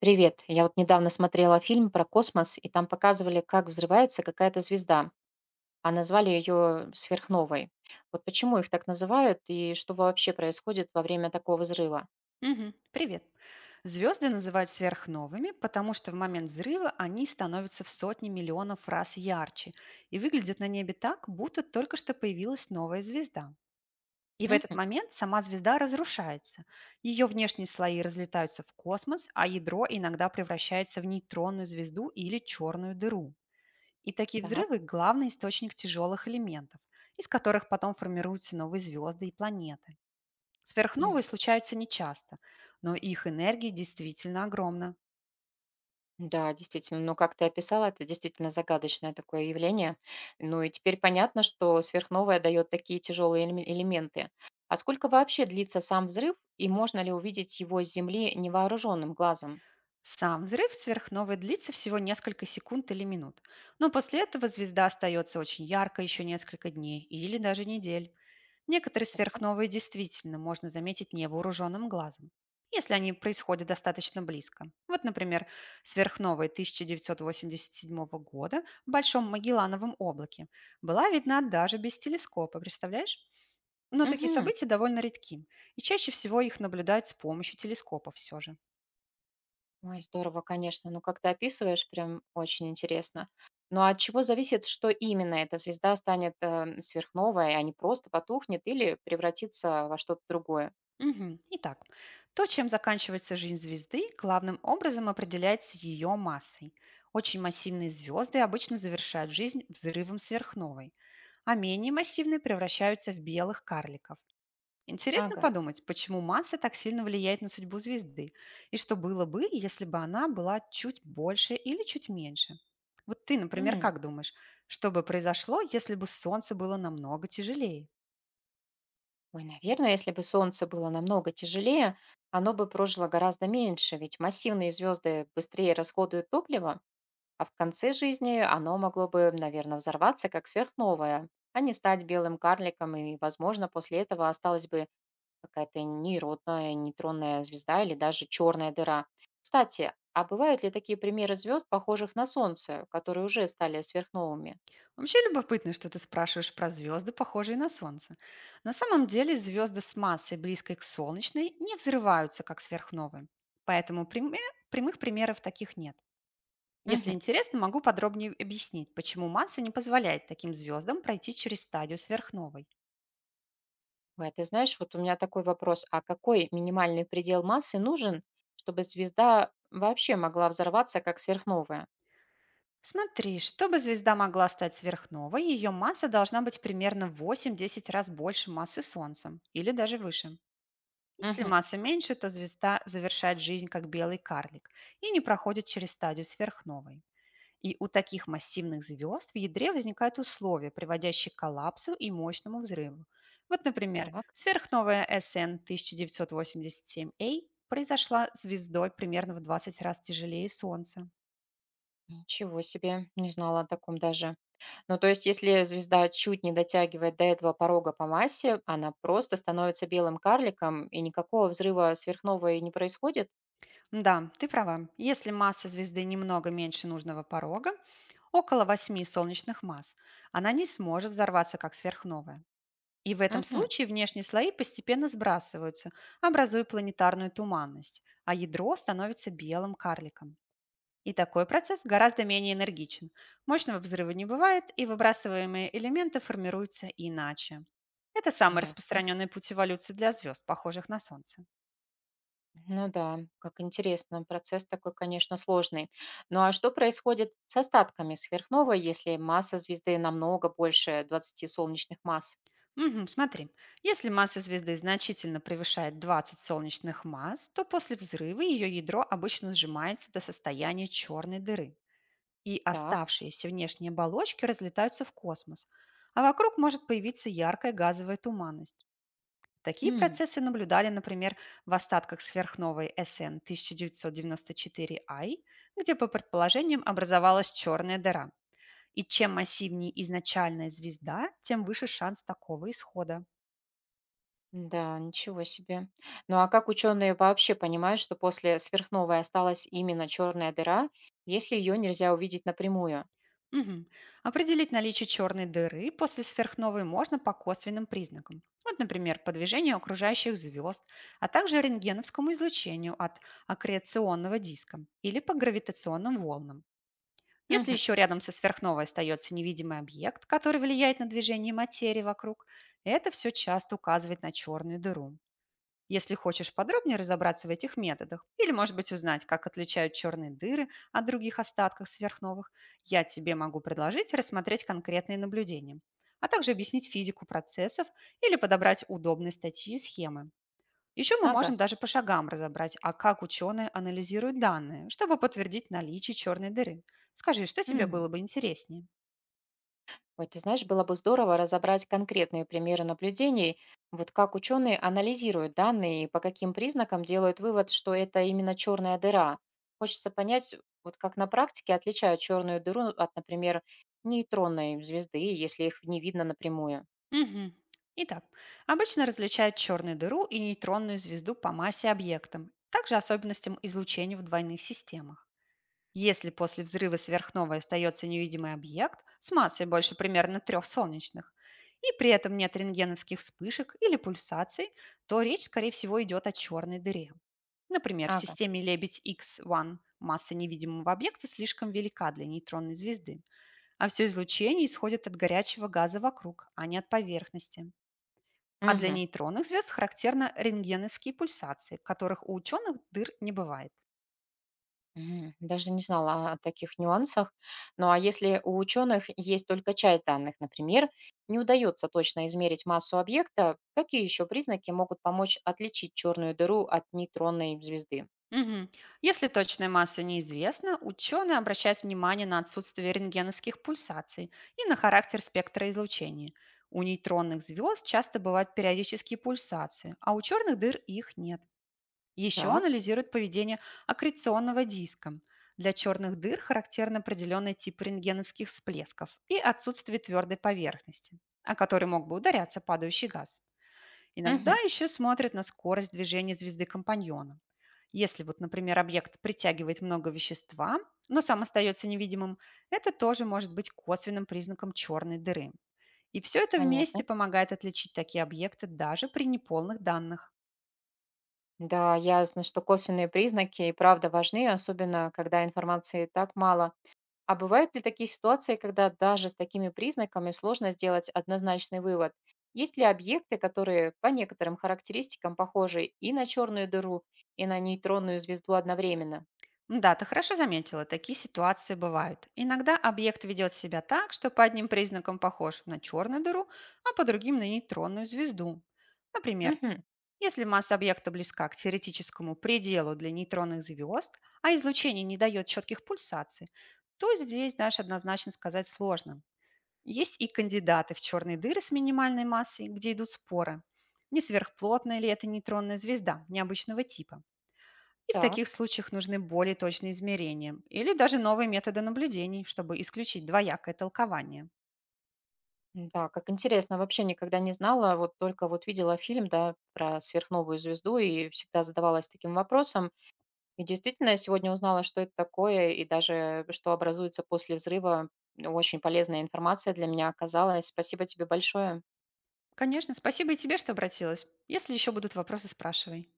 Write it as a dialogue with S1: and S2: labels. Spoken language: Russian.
S1: Привет. Я вот недавно смотрела фильм про космос, и там показывали, как взрывается какая-то звезда, а назвали ее сверхновой. Вот почему их так называют и что вообще происходит во время такого взрыва?
S2: Мгм. Привет. Звезды называют сверхновыми, потому что в момент взрыва они становятся в сотни миллионов раз ярче и выглядят на небе так, будто только что появилась новая звезда. И в этот
S1: Мгм.
S2: момент сама звезда разрушается. Ее внешние слои разлетаются в космос, а ядро иногда превращается в нейтронную звезду или черную дыру. И такие
S1: Так.
S2: взрывы– главный источник тяжелых элементов, из которых потом формируются новые звезды и планеты. Сверхновые
S1: М.
S2: случаются нечасто, но их энергия действительно огромна.
S1: Да, действительно, ну как ты описала, это действительно загадочное такое явление. Ну и теперь понятно, что сверхновая дает такие тяжелые элементы. А сколько вообще длится сам взрыв, и можно ли увидеть его с Земли невооруженным глазом?
S2: Сам взрыв сверхновой длится всего несколько секунд или минут, но после этого звезда остается очень ярко еще несколько дней или даже недель. Некоторые
S1: Так.
S2: сверхновые действительно можно заметить невооруженным глазом, если они происходят достаточно близко. Вот, например, сверхновая 1987 года в Большом Магеллановом облаке была видна даже без телескопа, представляешь? Но такие
S1: Мгм.
S2: события довольно редки, и чаще всего их наблюдают с помощью телескопов все же.
S1: Ой, здорово, конечно. Ну, как ты описываешь, прям очень интересно. Ну, а от чего зависит, что именно эта звезда станет сверхновой, а не просто потухнет или превратится во что-то другое?
S2: Мгм. Итак, то, чем заканчивается жизнь звезды, главным образом определяется ее массой. Очень массивные звезды обычно завершают жизнь взрывом сверхновой, а менее массивные превращаются в белых карликов. Интересно
S1: Ага.
S2: подумать, почему масса так сильно влияет на судьбу звезды, и что было бы, если бы она была чуть больше или чуть меньше. Вот ты, например,
S1: М.
S2: как думаешь, что бы произошло, если бы Солнце было намного тяжелее?
S1: Ой, наверное, если бы Солнце было намного тяжелее, оно бы прожило гораздо меньше, ведь массивные звезды быстрее расходуют топливо, а в конце жизни оно могло бы, наверное, взорваться как сверхновая, а не стать белым карликом, и, возможно, после этого осталось бы какая-то нейтронная звезда или даже черная дыра. Кстати, а бывают ли такие примеры звезд, похожих на Солнце, которые уже стали сверхновыми?
S2: Вообще любопытно, что ты спрашиваешь про звезды, похожие на Солнце. На самом деле звезды с массой, близкой к солнечной, не взрываются, как сверхновые. Поэтому прямых примеров таких нет. Если
S1: Мгм.
S2: интересно, могу подробнее объяснить, почему масса не позволяет таким звездам пройти через стадию сверхновой.
S1: Ой, а ты знаешь, вот у меня такой вопрос. А какой минимальный предел массы нужен, чтобы звезда вообще могла взорваться как сверхновая?
S2: Смотри, чтобы звезда могла стать сверхновой, ее масса должна быть примерно в 8-10 раз больше массы Солнца, или даже выше. Если
S1: Мгм.
S2: масса меньше, то звезда завершает жизнь как белый карлик и не проходит через стадию сверхновой. И у таких массивных звезд в ядре возникают условия, приводящие к коллапсу и мощному взрыву. Вот, например,
S1: Так,
S2: сверхновая SN 1987A произошла звездой примерно в 20 раз тяжелее Солнца.
S1: ничего себе, не знала о таком даже. Ну, то есть, если звезда чуть не дотягивает до этого порога по массе, она просто становится белым карликом, и никакого взрыва сверхновой не происходит?
S2: Да, ты права. Если масса звезды немного меньше нужного порога, около 8 солнечных масс, она не сможет взорваться как сверхновая. И в этом
S1: Угу,
S2: случае внешние слои постепенно сбрасываются, образуя планетарную туманность, а ядро становится белым карликом. И такой процесс гораздо менее энергичен. Мощного взрыва не бывает, и выбрасываемые элементы формируются иначе. Это самый
S1: ясно.
S2: распространенный путь эволюции для звезд, похожих на Солнце.
S1: Ну да, как интересно, процесс такой, конечно, сложный. Ну а что происходит с остатками сверхновой, если масса звезды намного больше 20 солнечных масс?
S2: Мгм, смотри, если масса звезды значительно превышает 20 солнечных масс, то после взрыва ее ядро обычно сжимается до состояния черной дыры, и
S1: Так.
S2: оставшиеся внешние оболочки разлетаются в космос, а вокруг может появиться яркая газовая туманность. Такие процессы наблюдали, например, в остатках сверхновой СН 1994I, где, по предположениям, образовалась черная дыра. И чем массивнее изначальная звезда, тем выше шанс такого исхода.
S1: Да, ничего себе. Ну а как ученые вообще понимают, что после сверхновой осталась именно черная дыра, если ее нельзя увидеть напрямую?
S2: Мгм. Определить наличие черной дыры после сверхновой можно по косвенным признакам. Вот, например, по движению окружающих звезд, а также рентгеновскому излучению от аккреционного диска или по гравитационным волнам. Если
S1: Мгм.
S2: еще рядом со сверхновой остается невидимый объект, который влияет на движение материи вокруг, это все часто указывает на черную дыру. Если хочешь подробнее разобраться в этих методах или, может быть, узнать, как отличают черные дыры от других остатков сверхновых, я тебе могу предложить рассмотреть конкретные наблюдения, а также объяснить физику процессов или подобрать удобные статьи и схемы. Еще мы
S1: Ага.
S2: можем даже по шагам разобрать, а как ученые анализируют данные, чтобы подтвердить наличие черной дыры. Скажи, что тебе
S1: М.
S2: было бы интереснее?
S1: Ой, ты знаешь, было бы здорово разобрать конкретные примеры наблюдений, вот как ученые анализируют данные и по каким признакам делают вывод, что это именно черная дыра. Хочется понять, вот как на практике отличают черную дыру от, например, нейтронной звезды, если их не видно напрямую.
S2: Мгм. Итак, обычно различают черную дыру и нейтронную звезду по массе объектам, также особенностям излучения в двойных системах. Если после взрыва сверхновой остается невидимый объект с массой больше примерно 3 солнечных, и при этом нет рентгеновских вспышек или пульсаций, то речь, скорее всего, идет о черной дыре. Например, в
S1: Ага.
S2: системе Лебедь-Х1 масса невидимого объекта слишком велика для нейтронной звезды, а все излучение исходит от горячего газа вокруг, а не от поверхности. А для
S1: Мгм.
S2: нейтронных звезд характерны рентгеновские пульсации, которых у ученых дыр не бывает.
S1: Мгм. Даже не знала о таких нюансах. Ну а если у ученых есть только часть данных, например, не удается точно измерить массу объекта, какие еще признаки могут помочь отличить черную дыру от нейтронной звезды?
S2: Мгм. Если точная масса неизвестна, ученые обращают внимание на отсутствие рентгеновских пульсаций и на характер спектра излучения. У нейтронных звезд часто бывают периодические пульсации, а у черных дыр их нет. Еще
S1: Так,
S2: анализируют поведение аккреционного диска. Для черных дыр характерен определенный тип рентгеновских всплесков и отсутствие твердой поверхности, о которой мог бы ударяться падающий газ. Иногда
S1: Мгм.
S2: еще смотрят на скорость движения звезды компаньона. Если вот, например, объект притягивает много вещества, но сам остается невидимым, это тоже может быть косвенным признаком черной дыры. И все это вместе
S1: Понятно.
S2: помогает отличить такие объекты даже при неполных данных.
S1: Да, ясно, что косвенные признаки и правда важны, особенно когда информации так мало. А бывают ли такие ситуации, когда даже с такими признаками сложно сделать однозначный вывод? Есть ли объекты, которые по некоторым характеристикам похожи и на черную дыру, и на нейтронную звезду одновременно?
S2: Да, ты хорошо заметила, такие ситуации бывают. Иногда объект ведет себя так, что по одним признакам похож на черную дыру, а по другим на нейтронную звезду. Например,
S1: Угу.
S2: если масса объекта близка к теоретическому пределу для нейтронных звезд, а излучение не дает четких пульсаций, то здесь, знаешь, однозначно сказать сложно. Есть и кандидаты в черные дыры с минимальной массой, где идут споры. Не сверхплотная ли это нейтронная звезда необычного типа? И в таких
S1: Так.
S2: случаях нужны более точные измерения или даже новые методы наблюдений, чтобы исключить двоякое толкование.
S1: М. Да, как интересно, вообще никогда не знала, вот только вот видела фильм, да, про сверхновую звезду и всегда задавалась таким вопросом. И действительно, я сегодня узнала, что это такое, и даже что образуется после взрыва. Очень полезная информация для меня оказалась. Спасибо тебе большое.
S2: Конечно, спасибо и тебе, что обратилась. Если еще будут вопросы, спрашивай.